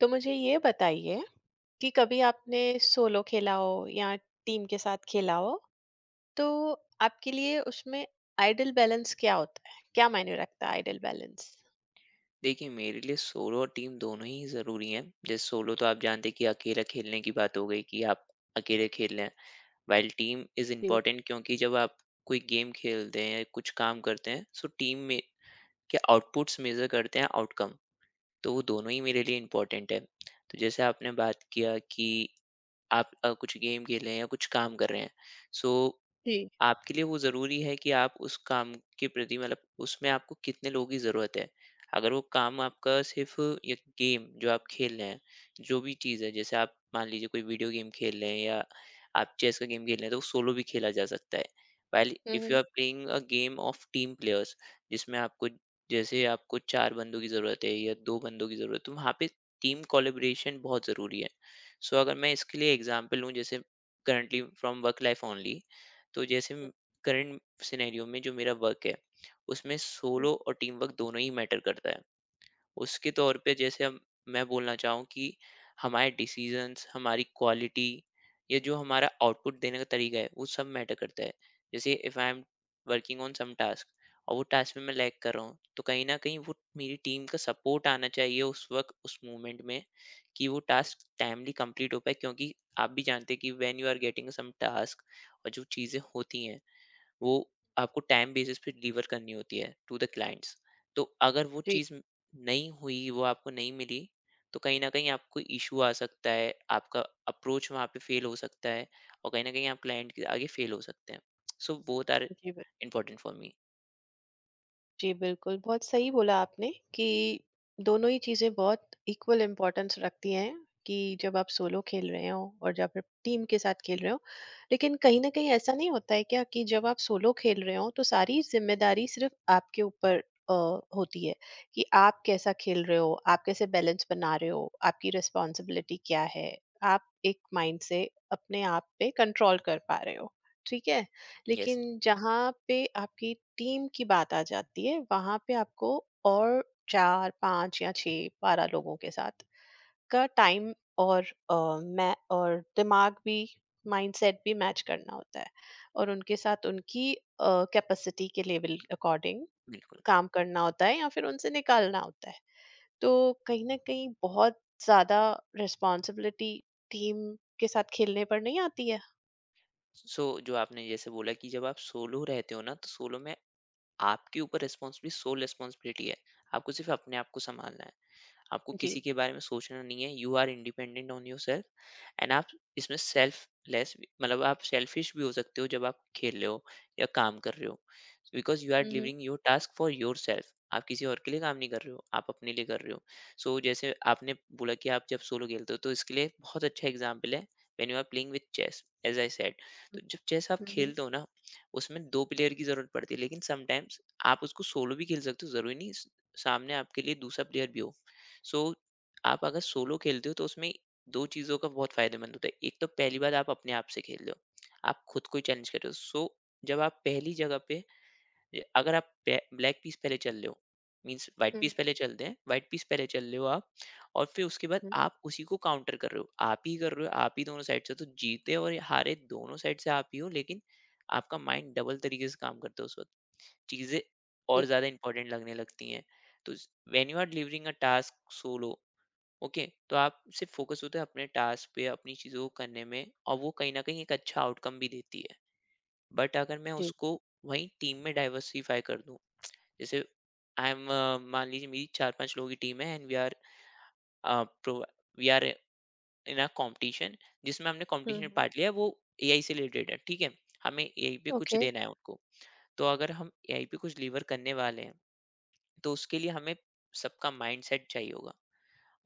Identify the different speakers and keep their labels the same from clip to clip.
Speaker 1: तो मुझे ये बताइए कि कभी आपने सोलो खेला हो या टीम के साथ खेला हो तो आपके लिए उसमें आइडल बैलेंस क्या होता है? क्या मायने रखता है आइडल बैलेंस?
Speaker 2: देखिए मेरे लिए सोलो और टीम दोनों ही ज़रूरी हैं। जैसे सोलो तो आप जानते हैं कि अकेला खेलने की बात हो गई कि आप अकेले खेल रहे हैं। व्हाइल टीम इज़
Speaker 1: जी।
Speaker 2: इम्पोर्टेंट क्योंकि जब आप कोई गेम खेलते हैं, या कुछ काम करते हैं, सो टीम में के आउटपुट्स मेज़र करते हैं आउटकम। तो वो दोनों ही मेरे लिए इम्पोर्टेंट है। तो जैसे आपने बात किया कि आप कुछ गेम खेल रहे हैं या कुछ काम कर रहे हैं। सो
Speaker 1: जी।
Speaker 2: आपके लिए वो ज़रूरी है कि आप उस काम के प्रति मतलब उसमें आपको कितने लोगों की ज़रूरत है। अगर वो काम आपका सिर्फ़ एक गेम जो आप खेल रहे हैं, जो भी चीज़ है जैसे आप मान लीजिए कोई वीडियो गेम खेल रहे हैं या आप चेस का गेम खेल रहे हैं तो वो सोलो भी खेला जा सकता है। While if you
Speaker 1: hmm.
Speaker 2: Are playing a game of team players जिसमें आपको जैसे आपको 4 बंदों की ज़रूरत है या 2 बंदों की ज़रूरत है, तो वहाँ पे टीम कोलैबोरेशन बहुत ज़रूरी है। सो अगर मैं इसके लिए एग्ज़ाम्पल लूँ जैसे currently from work life only तो जैसे करंट सिनेरियो में जो मेरा वर्क है उसमें
Speaker 1: हम्म,
Speaker 2: सोलो और टीम वर्क दोनों ही मैटर करता है उसके तौर पे जैसे हम मैं बोलना चाहूँ कि हमारे डिसीजंस, हमारी क्वालिटी या जो हमारा आउटपुट देने का तरीका है, वो सब मैटर करता है। जैसे if I am working on some task और वो टास्क में मैं लैग कर रहा हूँ, तो कहीं न कहीं वो मेरी टीम का सपोर्ट आना चाहिए उस वक़्त, उस मोमेंट में कि वो टास्क टाइमली कंप्लीट हो पाए क्योंकि आप भी जानते हैं कि when you are getting some task और जो चीज़ें होती हैं, वो आपको टाइम बेसिस पे डिलीवर करनी होती है टू द क्लाइंट्स। तो अगर वो
Speaker 1: जी।
Speaker 2: नहीं हुई वो आपको नहीं मिली तो कहीं ना कहीं आपको इशू आ सकता है। आपका अप्रोच वहाँ पे फेल हो सकता है और कहीं ना कहीं आप क्लाइंट के आगे फेल हो सकते हैं। सो बोथ आर
Speaker 1: जी।
Speaker 2: Important for me.
Speaker 1: जी बिल्कुल, बहुत सही बोला आपने कि दोनों ही चीज़ें बहुत इक्वल इम्पोर्टेंस रखती हैं कि जब आप सोलो खेल रहे हो और जब आप टीम के साथ खेल रहे हो। लेकिन कहीं न कहीं ऐसा नहीं होता है क्या कि जब आप सोलो खेल रहे हो तो सारी ज़िम्मेदारी सिर्फ़ आपके ऊपर अ, होती है कि आप कैसा खेल रहे हो, आप कैसे बैलेंस बना रहे हो, आपकी रिस्पॉन्सिबिलिटी क्या है, आप एक माइंड से अपने आप पे कंट्रोल कर पा रहे हो, ठीक है?
Speaker 2: यस,
Speaker 1: लेकिन जहाँ पे आपकी टीम की बात आ जाती है वहाँ पे आपको और 4 5 या 6 12 लोगों के साथ का टाइम और मैं और दिमाग भी माइंडसेट भी मैच करना होता है और उनके साथ उनकी कैपेसिटी के लेवल अकॉर्डिंग
Speaker 2: बिल्कुल।
Speaker 1: काम करना होता है या फिर उनसे निकालना होता है। तो कहीं न कहीं बहुत ज़्यादा रिस्पॉन्सिबिलिटी टीम के साथ खेलने पर नहीं आती है?
Speaker 2: सो जो आपने जैसे बोला कि जब आप सोलो रहते हो ना तो सोलो में आपके ऊपर रिस्पॉन्सिबिलिटी सोल रिस्पॉन्सिबिलिटी है। आपको सिर्फ अपने आप को संभालना है। आपको
Speaker 1: जी।
Speaker 2: किसी के बारे में सोचना नहीं है, you are independent on yourself. And आप इसमें सेल्फ लेस मतलब आप सेल्फिश भी हो सकते हो जब आप खेल रहे हो या काम कर रहे हो बिकॉज यू आर
Speaker 1: हुँ, हुँ।
Speaker 2: Delivering your task for yourself. आप किसी और के लिए काम नहीं कर रहे हो, आप अपने लिए कर रहे हो। सो जैसे आपने बोला कि आप जब सोलो खेलते हो तो इसके लिए बहुत अच्छा एग्जाम्पल है when you are playing with chess as I said. तो
Speaker 1: हुँ,
Speaker 2: जब चेस आप
Speaker 1: हुँ, हुँ,
Speaker 2: खेलते हो ना उसमें दो प्लेयर की जरूरत पड़ती है लेकिन समटाइम्स आप उसको सोलो भी खेल सकते हो, जरूरी नहीं सामने आपके लिए दूसरा प्लेयर भी हो। सो आप अगर सोलो खेलते हो तो उसमें दो चीज़ों का बहुत फायदेमंद होता है। एक तो पहली बार आप अपने आप से खेल रहे हो, आप खुद को ही चैलेंज कर रहे हो। सो जब आप पहली जगह पे अगर आप ब्लैक पीस पहले चल रहे हो मीन्स वाइट
Speaker 1: हुँ,
Speaker 2: पीस पहले चलते हैं, वाइट पीस पहले चल रहे हो आप और फिर उसके बाद
Speaker 1: हुँ।
Speaker 2: आप उसी को काउंटर कर रहे हो, आप ही कर रहे हो, आप ही दोनों साइड से, तो जीते और हारे दोनों साइड से आप ही हो। लेकिन आपका माइंड डबल तरीके से काम करता है उस वक्त। चीज़ें और
Speaker 1: जी।
Speaker 2: ज़्यादा इंपॉर्टेंट लगने लगती हैं। तो when you are delivering a task solo, okay, तो आप सिर्फ फोकस होते हैं अपने टास्क पे, अपनी चीज़ों को करने में, और वो कहीं ना कहीं एक अच्छा आउटकम भी देती है। बट अगर मैं
Speaker 1: जी।
Speaker 2: उसको वहीं टीम में डाइवर्सिफाई कर दूं, जैसे आई एम मान लीजिए मेरी चार पांच लोगों की टीम है and we are in a competition जिसमें हमने
Speaker 1: हुँ,
Speaker 2: कॉम्पिटिशन में
Speaker 1: हुँ।
Speaker 2: पार्ट लिया है, वो एआई से रिलेटेड है, ठीक है। हमें एआई पे कुछ
Speaker 1: ओके।
Speaker 2: देना है उनको। तो अगर हम एआई पे कुछ डिलीवर करने वाले हैं तो उसके लिए हमें सबका माइंडसेट चाहिए होगा।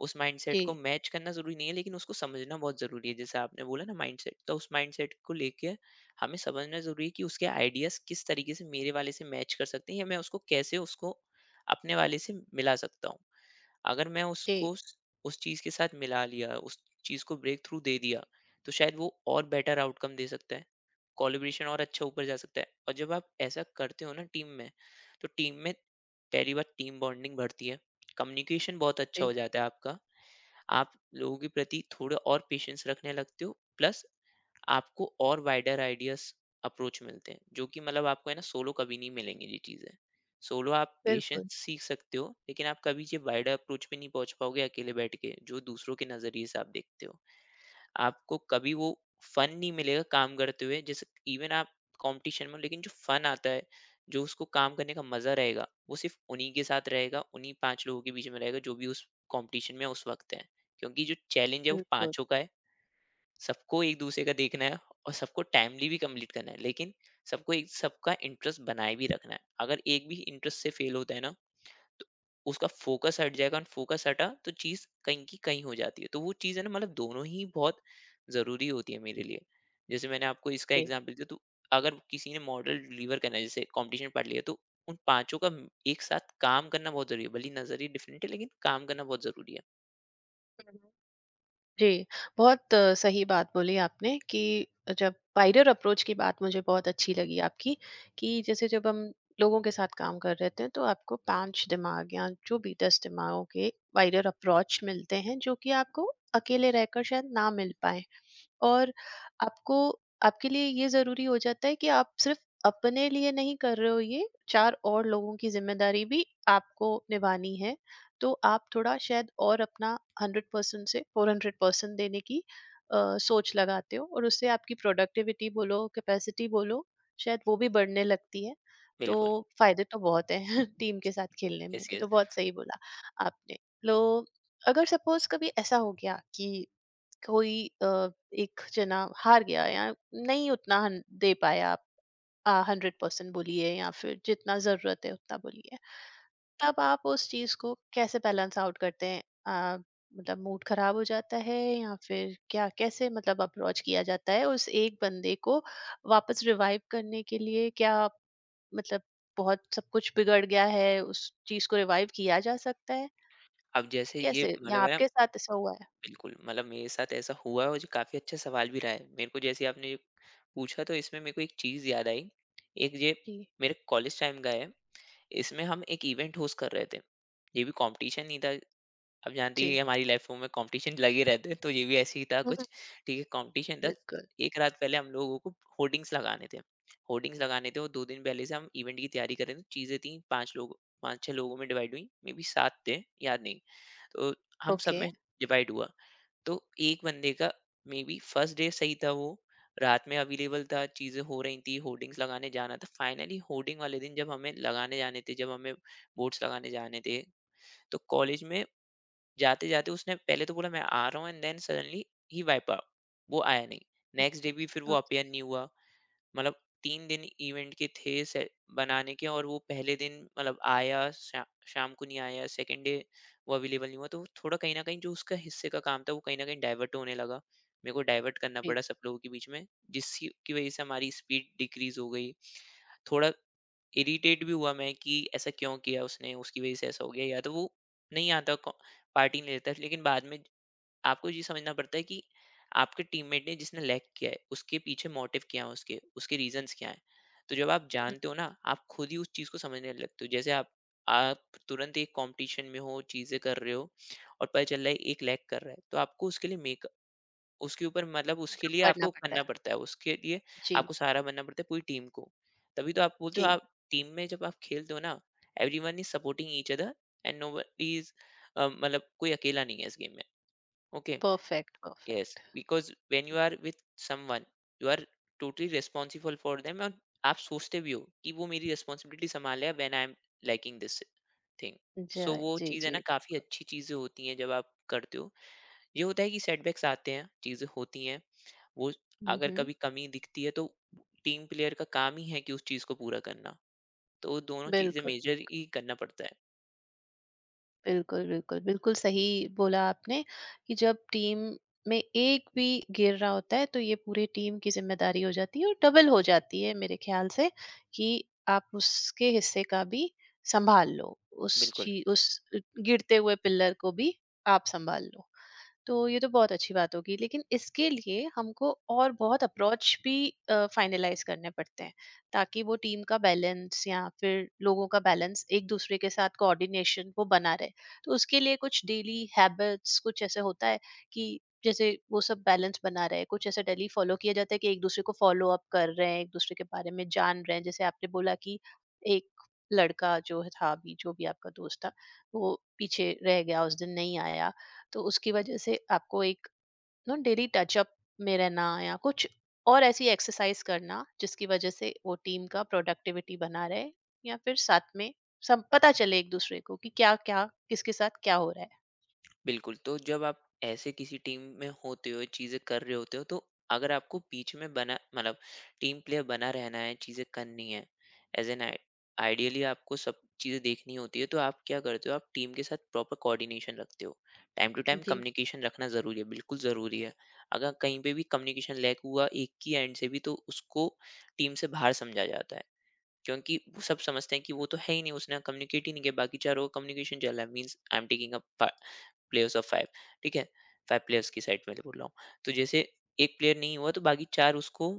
Speaker 2: उस माइंडसेट को
Speaker 1: जी,
Speaker 2: मैच करना ज़रूरी नहीं है, लेकिन उसको समझना बहुत ज़रूरी है। जैसे आपने बोला ना माइंडसेट, तो उस माइंडसेट को लेके हमें समझना ज़रूरी है कि उसके आइडियाज़ किस तरीके से मेरे वाले से मैच कर सकते हैं या मैं उसको कैसे उसको अपने वाले से मिला सकता हूँ। अगर मैं
Speaker 1: जी,
Speaker 2: उसको स उस चीज़ के साथ मिला लिया, उस चीज़ को ब्रेक थ्रू दे दिया, तो शायद वो और बेटर आउटकम दे सकता है। कोलैबोरेशन और अच्छा ऊपर जा सकता है और जब आप ऐसा करते हो ना टीम में, तो टीम में पहली बात टीम बॉन्डिंग बढ़ती है, कम्युनिकेशन बहुत अच्छा
Speaker 1: जी।
Speaker 2: हो जाता है आपका। आप लोगों के प्रति थोड़े और पेशेंस रखने लगते हो, प्लस आपको और वाइडर आइडियाज अप्रोच मिलते हैं जो कि मतलब आपको है ना सोलो कभी नहीं मिलेंगे ये चीज़ें। सोलो आप पेशेंस
Speaker 1: बिल्कुल,
Speaker 2: सीख सकते हो लेकिन आप कभी ये वाइडर अप्रोच पे नहीं पहुंच पाओगे अकेले बैठ के, जो दूसरों के नज़रिए से आप देखते हो। आपको कभी वो फन नहीं मिलेगा काम करते हुए, जैसे इवन आप कंपटीशन में हो, लेकिन जो फन आता है, जो उसको काम करने का मजा रहेगा, वो सिर्फ उन्हीं के साथ रहेगा, उन्हीं पांच लोगों के बीच में रहेगा जो भी उस कंपटीशन में उस वक्त है। क्योंकि जो चैलेंज है वो
Speaker 1: बिल्कुल,
Speaker 2: पांचों का है। सबको एक दूसरे का देखना है और सबको टाइमली भी कंप्लीट करना है, लेकिन सबको एक सबका इंटरेस्ट बनाए भी रखना है। अगर एक भी इंटरेस्ट से फेल होता है ना तो उसका फोकस हट जाएगा और फोकस हटा तो चीज़ कहीं की कहीं हो जाती है। तो वो चीज़ है ना मतलब दोनों ही बहुत ज़रूरी होती है मेरे लिए। जैसे मैंने आपको इसका
Speaker 1: जी।
Speaker 2: एग्ज़ाम्पल दिया तो अगर किसी ने मॉडल डिलीवर करना है, जैसे कॉम्पिटिशन पार्ट लिया, तो उन पाँचों का म- एक साथ काम करना बहुत ज़रूरी है। भले ही नज़रिए डिफरेंट है लेकिन काम करना बहुत ज़रूरी है।
Speaker 1: हुँ, हुँ। जी, बहुत सही बात बोली आपने कि जब वाइडर अप्रोच की बात मुझे बहुत अच्छी लगी आपकी कि जैसे जब हम लोगों के साथ काम कर रहे थे हैं, तो आपको 5 दिमाग या जो भी 10 दिमागों के वाइडर अप्रोच मिलते हैं, जो कि आपको अकेले रहकर शायद ना मिल पाएँ। और आपको आपके लिए ये ज़रूरी हो जाता है कि आप सिर्फ अपने लिए नहीं कर रहे हो ये, 4 और लोगों की ज़िम्मेदारी भी आपको निभानी है। तो आप थोड़ा शायद और अपना 100% से 400% देने की सोच लगाते हो और उससे आपकी प्रोडक्टिविटी बोलो, कैपेसिटी बोलो, शायद वो भी बढ़ने लगती है।
Speaker 2: बिल्कुल,
Speaker 1: तो फ़ायदे तो बहुत हैं टीम के साथ खेलने में,
Speaker 2: यस
Speaker 1: ये
Speaker 2: यस।
Speaker 1: तो बहुत सही बोला आपने। लो अगर सपोज़ कभी ऐसा हो गया कि कोई अ, एक जना हार गया या नहीं उतना दे पाया, आप 100% बोलिए या फिर जितना जरूरत है उतना बोलिए, तब आप उस चीज को कैसे बैलेंस आउट करते हैं? आ, मतलब मूड खराब हो जाता है या फिर क्या? कैसे मतलब अप्रोच किया जाता है उस एक बंदे को वापस रिवाइव करने के लिए? क्या आप, मतलब बहुत सब कुछ बिगड़ गया है उस चीज को रिवाइव किया जा सकता है
Speaker 2: अब जैसे ये
Speaker 1: कैसे? या
Speaker 2: मतलब है ना,
Speaker 1: आपके साथ ऐसा हुआ है?
Speaker 2: बिल्कुल, मतलब मेरे साथ ऐसा हुआ है और जो काफ़ी अच्छा सवाल भी रहा है। मेरे को जैसे आपने ये पूछा तो इसमें मेरे को एक चीज़ याद आई। एक ये
Speaker 1: जी।
Speaker 2: मेरे कॉलेज टाइम का है। इसमें हम एक इवेंट होस्ट कर रहे थे। ये भी कॉम्पिटिशन नहीं था। आप जानती
Speaker 1: जी।
Speaker 2: हैं हमारी लाइफ में कॉम्पिटिशन लगे रहते हैं तो ये भी ऐसे ही था
Speaker 1: हम्म,
Speaker 2: कुछ। ठीक है, कॉम्पिटिशन था।
Speaker 1: बिल्कुल।
Speaker 2: 1 रात पहले हम लोगों को होर्डिंग्स लगाने थे। होर्डिंग्स लगाने थे और 2 दिन पहले से हम इवेंट की तैयारी कर रहे थे। चीज़ें थी 5 लोग 5-6 लोगों में डिवाइड हुई। मे बी 7 थे, याद नहीं। तो हम सब
Speaker 1: ओके।
Speaker 2: में डिवाइड हुआ। तो एक बंदे का मे बी फर्स्ट डे सही था वो, रात में अवेलेबल था, चीज़ें हो रही थी, होर्डिंग्स लगाने जाना था। फाइनली होर्डिंग वाले दिन जब हमें लगाने जाने थे, जब हमें बोर्ड्स लगाने जाने थे, तो कॉलेज में जाते-जाते उसने पहले तो बोला मैं आ रहा हूँ एंड देन सडनली ही वाइप आउट, वो आया नहीं। नेक्स्ट डे भी फिर वो
Speaker 1: अ,
Speaker 2: अपीयर नहीं हुआ। मतलब 3 दिन इवेंट के थे से बनाने के और वो पहले दिन मतलब शाम को नहीं आया, सेकंड डे वो अवेलेबल नहीं हुआ, तो थोड़ा कहीं ना कहीं जो उसका हिस्से का काम था वो कहीं ना कहीं डाइवर्ट होने लगा, मेरे को डाइवर्ट करना
Speaker 1: जी।
Speaker 2: पड़ा सब लोगों के बीच में, जिसकी वजह से हमारी स्पीड डिक्रीज हो गई। थोड़ा इरिटेट भी हुआ मैं कि ऐसा क्यों किया उसने, उसकी वजह से ऐसा हो गया, या तो वो नहीं आता, पार्टी नहीं लेता। लेकिन बाद में आपको ये समझना पड़ता है कि आपके टीममेट ने जिसने लैग किया है उसके पीछे मोटिव क्या है, उसके उसके रीजंस क्या हैं। तो जब आप
Speaker 1: हुँ,
Speaker 2: जानते हो ना आप खुद ही उस चीज़ को समझने लगते हो। जैसे आप तुरंत एक कंपटीशन में हो, चीज़ें कर रहे हो, और पता चल रहा है एक लैग कर रहा है, तो आपको उसके लिए मेक उसके ऊपर मतलब उसके लिए
Speaker 1: करना
Speaker 2: आपको
Speaker 1: पड़ता
Speaker 2: करना
Speaker 1: है।
Speaker 2: पड़ता है उसके लिए।
Speaker 1: जी,
Speaker 2: आपको सहारा बनना पड़ता है पूरी टीम को। तभी तो आप बोलते हो
Speaker 1: जी,
Speaker 2: आप टीम में जब आप खेलते हो ना everyone is supporting each other and no is मतलब कोई अकेला नहीं है इस गेम में। Okay.
Speaker 1: Perfect, perfect.
Speaker 2: Yes, because when you are with someone, you are totally responsible for them और आप सोचते भी हो कि वो मेरी रिस्पॉन्सिबिलिटी संभाले, when I am liking this thing. सो
Speaker 1: जाए,
Speaker 2: वो
Speaker 1: जी,
Speaker 2: चीज़ है
Speaker 1: जी।
Speaker 2: ना, काफ़ी अच्छी चीज़ें होती हैं जब आप करते हो। ये होता है कि सेटबैक्स आते हैं, चीज़ें होती हैं, वो
Speaker 1: हुँ,
Speaker 2: अगर
Speaker 1: हुँ,
Speaker 2: कभी कमी दिखती है, तो टीम प्लेयर का काम ही है कि उस चीज़ को पूरा करना। तो वो दोनों चीज़ें
Speaker 1: बिल्कुल,
Speaker 2: मेजर ही करना पड़ता है।
Speaker 1: बिल्कुल, बिल्कुल सही बोला आपने कि जब टीम में एक भी गिर रहा होता है, तो ये पूरे टीम की ज़िम्मेदारी हो जाती है और डबल हो जाती है मेरे ख़्याल से कि आप उसके हिस्से का भी संभाल लो।
Speaker 2: बिल्कुल,
Speaker 1: उस गिरते हुए पिलर को भी आप संभाल लो। तो ये तो बहुत अच्छी बात होगी लेकिन इसके लिए हमको और बहुत अप्रोच भी फाइनलाइज करने पड़ते हैं ताकि वो टीम का बैलेंस या फिर लोगों का बैलेंस एक दूसरे के साथ कोऑर्डिनेशन वो बना रहे। तो उसके लिए कुछ डेली हैबिट्स कुछ ऐसे होता है कि जैसे वो सब बैलेंस बना रहे, कुछ ऐसा डेली फॉलो किया जाता है कि एक दूसरे को फॉलो अप कर रहे हैं, एक दूसरे के बारे में जान रहे हैं? जैसे आपने बोला कि एक लड़का जो था, अभी जो भी आपका दोस्त था, वो पीछे रह गया, उस दिन नहीं आया, तो उसकी वजह से आपको एक नो डेली टचअप में रहना या कुछ और ऐसी एक्सरसाइज करना जिसकी वजह से वो टीम का प्रोडक्टिविटी बना रहे या फिर साथ में सब पता चले एक दूसरे को कि क्या क्या किसके साथ क्या हो रहा है।
Speaker 2: बिल्कुल, तो जब आप ऐसे किसी टीम में होते हो, चीज़ें कर रहे होते हो, तो अगर आपको बीच में बना मतलब टीम प्लेयर बना रहना है, चीज़ें करनी है, एज़ एन आई आइडियली आपको सब चीज़ें देखनी होती है, तो आप क्या करते हो, आप टीम के साथ प्रॉपर कोऑर्डिनेशन रखते हो। टाइम टू टाइम
Speaker 1: जी।
Speaker 2: कम्युनिकेशन रखना ज़रूरी है, बिल्कुल ज़रूरी है। अगर कहीं पे भी कम्युनिकेशन लैक हुआ एक ही एंड से भी, तो उसको टीम से बाहर समझा जाता है, क्योंकि सब समझते हैं कि वो तो है ही नहीं, उसने कम्युनिकेट ही नहीं किया, बाकी चारों का कम्युनिकेशन चल रहा है, means I am taking a पा प्लेयर्स ऑफ फाइव। ठीक है, फाइव प्लेयर्स की साइड में बोल रहा हूँ। तो जैसे एक प्लेयर नहीं हुआ तो बाकी चार उसको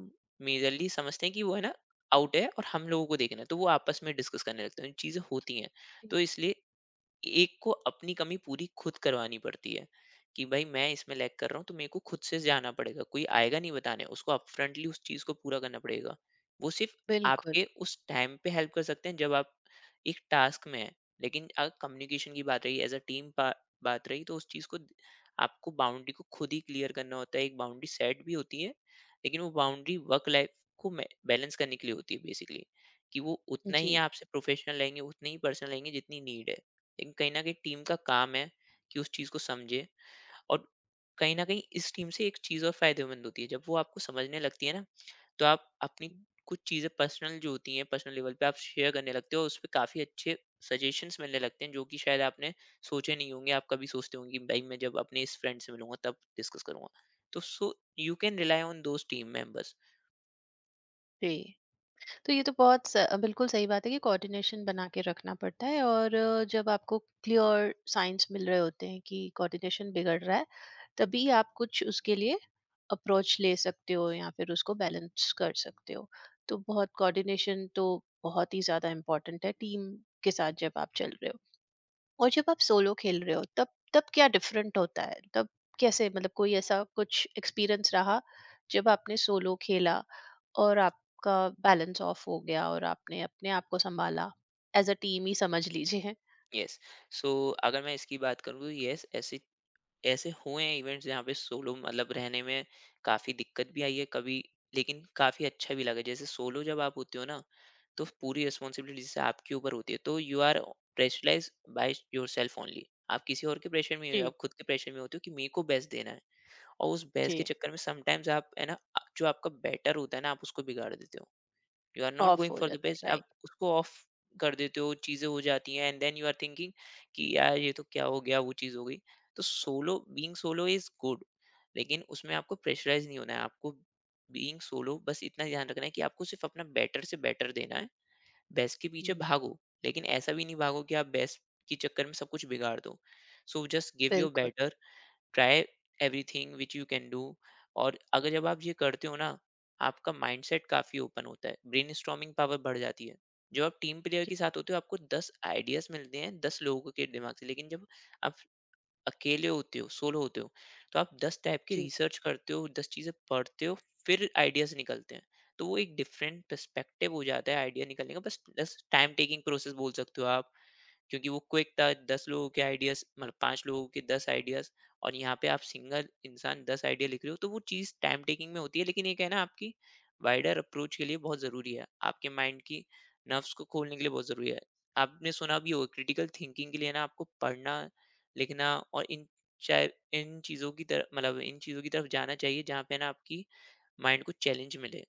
Speaker 2: मेजरली समझते हैं कि वो है ना आउट है और हम लोगों को देखना है, तो वो आपस में डिस्कस करने लगते हैं, चीज़ें होती हैं।
Speaker 1: जी,
Speaker 2: तो इसलिए एक को अपनी कमी पूरी खुद करवानी पड़ती है कि भाई मैं इसमें लैग कर रहा हूँ, तो मेरे को खुद से जाना पड़ेगा, कोई आएगा नहीं बताने उसको। अपफ्रंटली उस चीज को पूरा करना पड़ेगा। वो सिर्फ
Speaker 1: बिल्कुल।
Speaker 2: आपके उस टाइम पे हेल्प कर सकते हैं जब आप एक टास्क में है। लेकिन अगर कम्युनिकेशन की बात रही एज अ टीम बात रही, तो उस चीज को द- आपको बाउंड्री को खुद ही क्लियर करना होता है, एक बाउंड्री सेट भी होती है। लेकिन वो बाउंड्री वर्क लाइफ को बैलेंस करने के लिए होती है बेसिकली, कि वो उतना ही
Speaker 1: जी।
Speaker 2: आपसे प्रोफेशनल लेंगे उतनी ही पर्सनल लेंगे जितनी नीड है। एक कहीं न कहीं टीम का काम है कि उस चीज़ को समझे। और कहीं न कहीं इस टीम से एक चीज़ और फ़ायदेमंद होती है, जब वो आपको समझने लगती है ना, तो आप अपनी कुछ चीज़ें पर्सनल जो होती हैं, पर्सनल लेवल पे आप शेयर करने लगते हो, उस पे काफ़ी अच्छे सजेशंस मिलने लगते हैं, जो कि शायद आपने सोचे नहीं होंगे। आप कभी सोचते होंगे कि भई, मैं जब अपने इस फ्रेंड से मिलूँगा, तब डिस्कस करूँगा। So you can rely on those team members.
Speaker 1: जी। तो ये तो बहुत स बिल्कुल सही बात है कि कोऑर्डिनेशन बना के रखना पड़ता है। और जब आपको क्लियर साइंस मिल रहे होते हैं कि कोऑर्डिनेशन बिगड़ रहा है, तभी आप कुछ उसके लिए अप्रोच ले सकते हो या फिर उसको बैलेंस कर सकते हो। तो बहुत कोऑर्डिनेशन तो बहुत ही ज़्यादा इम्पोर्टेंट है टीम के साथ जब आप चल रहे हो। और जब आप सोलो खेल रहे हो तब तब क्या डिफरेंट होता है? तब कैसे मतलब कोई ऐसा कुछ एक्सपीरियंस रहा जब आपने सोलो खेला और आपका बैलेंस ऑफ हो गया और आपने अपने आप को संभाला, एज अ टीम ही समझ लीजिए।
Speaker 2: येस, सो अगर मैं इसकी बात करूँ, तो येस, ऐसी ऐसे हुए हैं इवेंट्स जहाँ पे सोलो मतलब रहने में काफी दिक्कत भी आई है कभी। लेकिन काफी अच्छा भी लगा। जैसे सोलो जब आप होते हो ना, तो पूरी रिस्पॉन्सिबिलिटी जैसे आपके ऊपर होती है, तो you are pressurise by yourself only. आप किसी और के प्रेशर में नहीं हो,
Speaker 1: जी।
Speaker 2: आप खुद के प्रेशर में होते हो कि मेरे को बेस्ट देना है। और उस बेस्ट के
Speaker 1: जी,
Speaker 2: चक्कर में समटाइम्स आप है ना, जो आपका बेटर होता है ना आप उसको बिगाड़ देते हो। You are not
Speaker 1: of
Speaker 2: going
Speaker 1: हो
Speaker 2: फॉर द
Speaker 1: जाता है,
Speaker 2: बेस्ट। आप
Speaker 1: राइट।
Speaker 2: उसको ऑफ कर देते हो, चीज़ें हो जाती हैं, and then you are thinking कि यार ये तो क्या हो गया, वो चीज़ हो गई। तो solo, being solo is good, लेकिन उसमें आपको प्रेशराइज नहीं होना है। आपको बीइंग सोलो बस इतना ध्यान रखना है कि आपको सिर्फ अपना बेटर से बेटर देना है। बेस्ट के पीछे
Speaker 1: जी।
Speaker 2: भागो, लेकिन ऐसा भी नहीं भागो कि आप बेस्ट के चक्कर में सब कुछ बिगाड़ दो। सो जस्ट गिव योर
Speaker 1: बिल्कुल।
Speaker 2: Better, try everything which you can do. और अगर जब आप ये करते हो ना, आपका माइंडसेट काफ़ी ओपन होता है, ब्रेन पावर बढ़ जाती है। जब आप टीम प्लेयर के साथ होते हो आपको दस आइडियाज मिलते हैं दस लोगों के दिमाग से। लेकिन जब आप अकेले होते हो, सोलो होते हो, तो आप दस टाइप की रिसर्च करते हो, दस चीज़ें पढ़ते हो, फिर आइडियाज निकलते हैं। तो वो एक डिफरेंट पर्सपेक्टिव हो जाता है आइडिया निकलने का। बस दस टाइम टेकिंग प्रोसेस बोल सकते हो आप, क्योंकि वो क्विक था 10 लोगों के आइडियाज़, मतलब 5 लोगों के 10 आइडियाज़। और यहाँ पे आप सिंगल इंसान 10 आइडिया लिख रहे हो, तो वो चीज़ टाइम टेकिंग में होती है। लेकिन एक है ना आपकी वाइडर अप्रोच के लिए बहुत ज़रूरी है, आपके माइंड की नर्व्स को खोलने के लिए बहुत ज़रूरी है। आपने सुना भी होगा क्रिटिकल थिंकिंग के लिए ना आपको पढ़ना लिखना चाहे इन चीज़ों की तरफ जाना चाहिए जहाँ पे ना आपकी माइंड को चैलेंज मिले।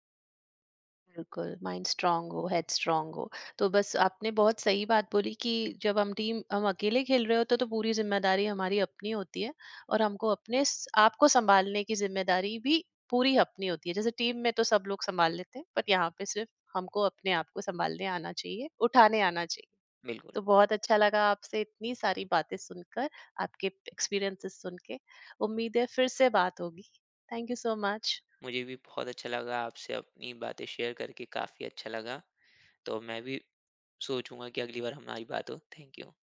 Speaker 1: बिल्कुल, माइंड स्ट्रांग हो, हेड स्ट्रांग हो। तो बस आपने बहुत सही बात बोली कि जब हम टीम हम अकेले खेल रहे होते हैं, तो पूरी ज़िम्मेदारी हमारी अपनी होती है और हमको अपने स आप को सँभालने की ज़िम्मेदारी भी पूरी अपनी होती है। जैसे टीम में तो सब लोग सँभाल लेते हैं, बट यहाँ पे सिर्फ़ हमको अपने आप को सँभालने आना चाहिए, उठाने आना चाहिए।
Speaker 2: बिल्कुल,
Speaker 1: तो बहुत अच्छा लगा आपसे इतनी सारी बातें सुनकर, आपके एक्सपीरियंसेस सुन के। उम्मीद है फिर से बात होगी। Thank you so much.
Speaker 2: मुझे भी बहुत अच्छा लगा आपसे अपनी बातें शेयर करके, काफ़ी अच्छा लगा। तो मैं भी सोचूंगा कि अगली बार हमारी बात हो। Thank you.